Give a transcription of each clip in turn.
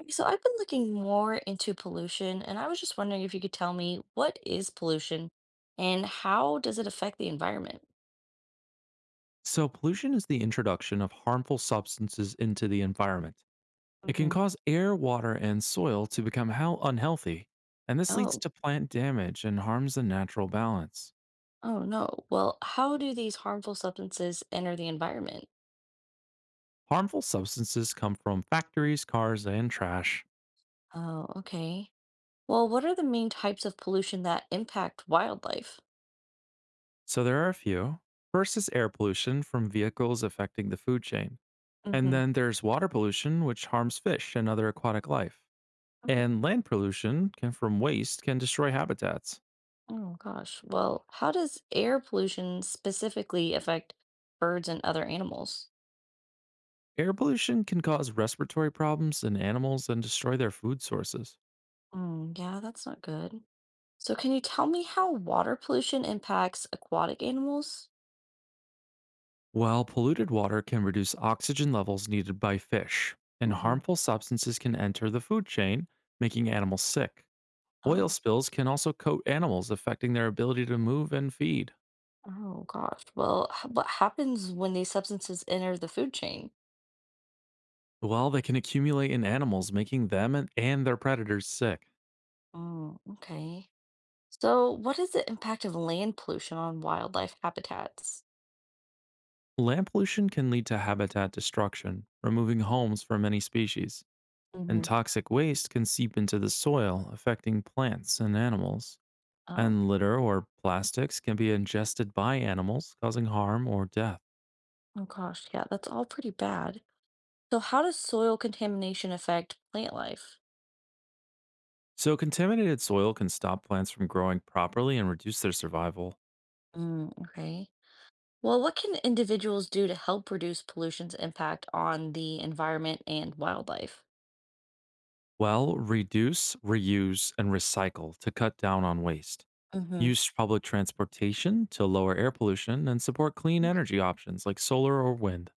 Okay. So I've been looking more into pollution, and I was just wondering if you could tell me, what is pollution and how does it affect the environment? So, pollution is the introduction of harmful substances into the environment. It can Hmm. cause air, water, and soil to become unhealthy, and this leads Oh, to plant damage and harms the natural balance. oh no. Well, how do these harmful substances enter the environment? Harmful substances come from factories, cars, and trash. Oh, okay. Well, what are the main types of pollution that impact wildlife? So, there are a few. First is air pollution from vehicles affecting the food chain. And Hmm. then there's water pollution, which harms fish and other aquatic life. Oh, And land pollution can, from waste can destroy habitats. oh gosh. Well, how does air pollution specifically affect birds and other animals? Air pollution can cause respiratory problems in animals and destroy their food sources, Mm, yeah, that's not good. So, can you tell me how water pollution impacts aquatic animals? while polluted water can reduce oxygen levels needed by fish, and Hmm. harmful substances can enter the food chain, making animals sick. Oil Oh, spills can also coat animals, affecting their ability to move and feed, oh gosh. Well, what happens when these substances enter the food chain? while they can accumulate in animals, making them and their predators sick. Mm, okay. So, what is the impact of land pollution on wildlife habitats? Land pollution can lead to habitat destruction, removing homes for many species, and Hmm. toxic waste can seep into the soil, affecting plants and animals. Oh, And litter or plastics can be ingested by animals, causing harm or death. oh gosh. Yeah, that's all pretty bad. So, how does soil contamination affect plant life? So, contaminated soil can stop plants from growing properly and reduce their survival. Mm, okay. Well, what can individuals do to help reduce pollution's impact on the environment and wildlife? Well, reduce, reuse, and recycle to cut down on waste. Hmm. Use public transportation to lower air pollution and support clean Okay. energy options like solar or wind.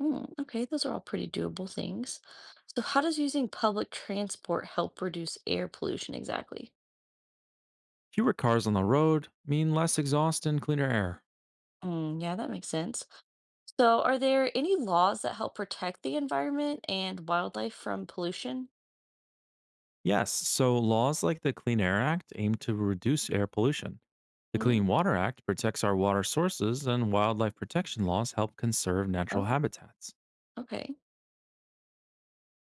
Mm, okay, those are all pretty doable things. So, how does using public transport help reduce air pollution exactly? Fewer cars on the road mean less exhaust and cleaner air. Mm, yeah, that makes sense. So, are there any laws that help protect the environment and wildlife from pollution? Yes, so laws like the Clean Air Act aim to reduce air pollution. The Mm, Clean Water Act protects our water sources, and wildlife protection laws help conserve natural oh, habitats. okay.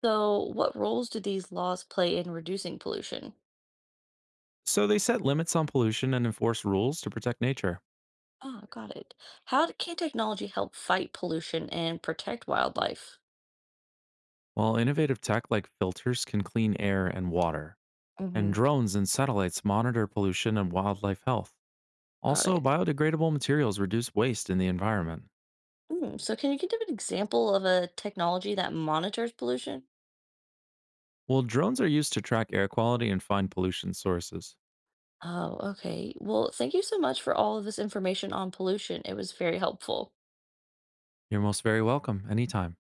So, what roles do these laws play in reducing pollution? So they set limits on pollution and enforce rules to protect nature, Ah, got it. Can technology help fight pollution and protect wildlife? while innovative tech like filters can clean air and water, and Hmm. drones and satellites monitor pollution and wildlife health. Got Also, it. biodegradable materials reduce waste in the environment. Mm, so can you give an example of a technology that monitors pollution? Well, drones are used to track air quality and find pollution sources. Oh, okay. Well, thank you so much for all of this information on pollution. It was very helpful. You're most very welcome anytime.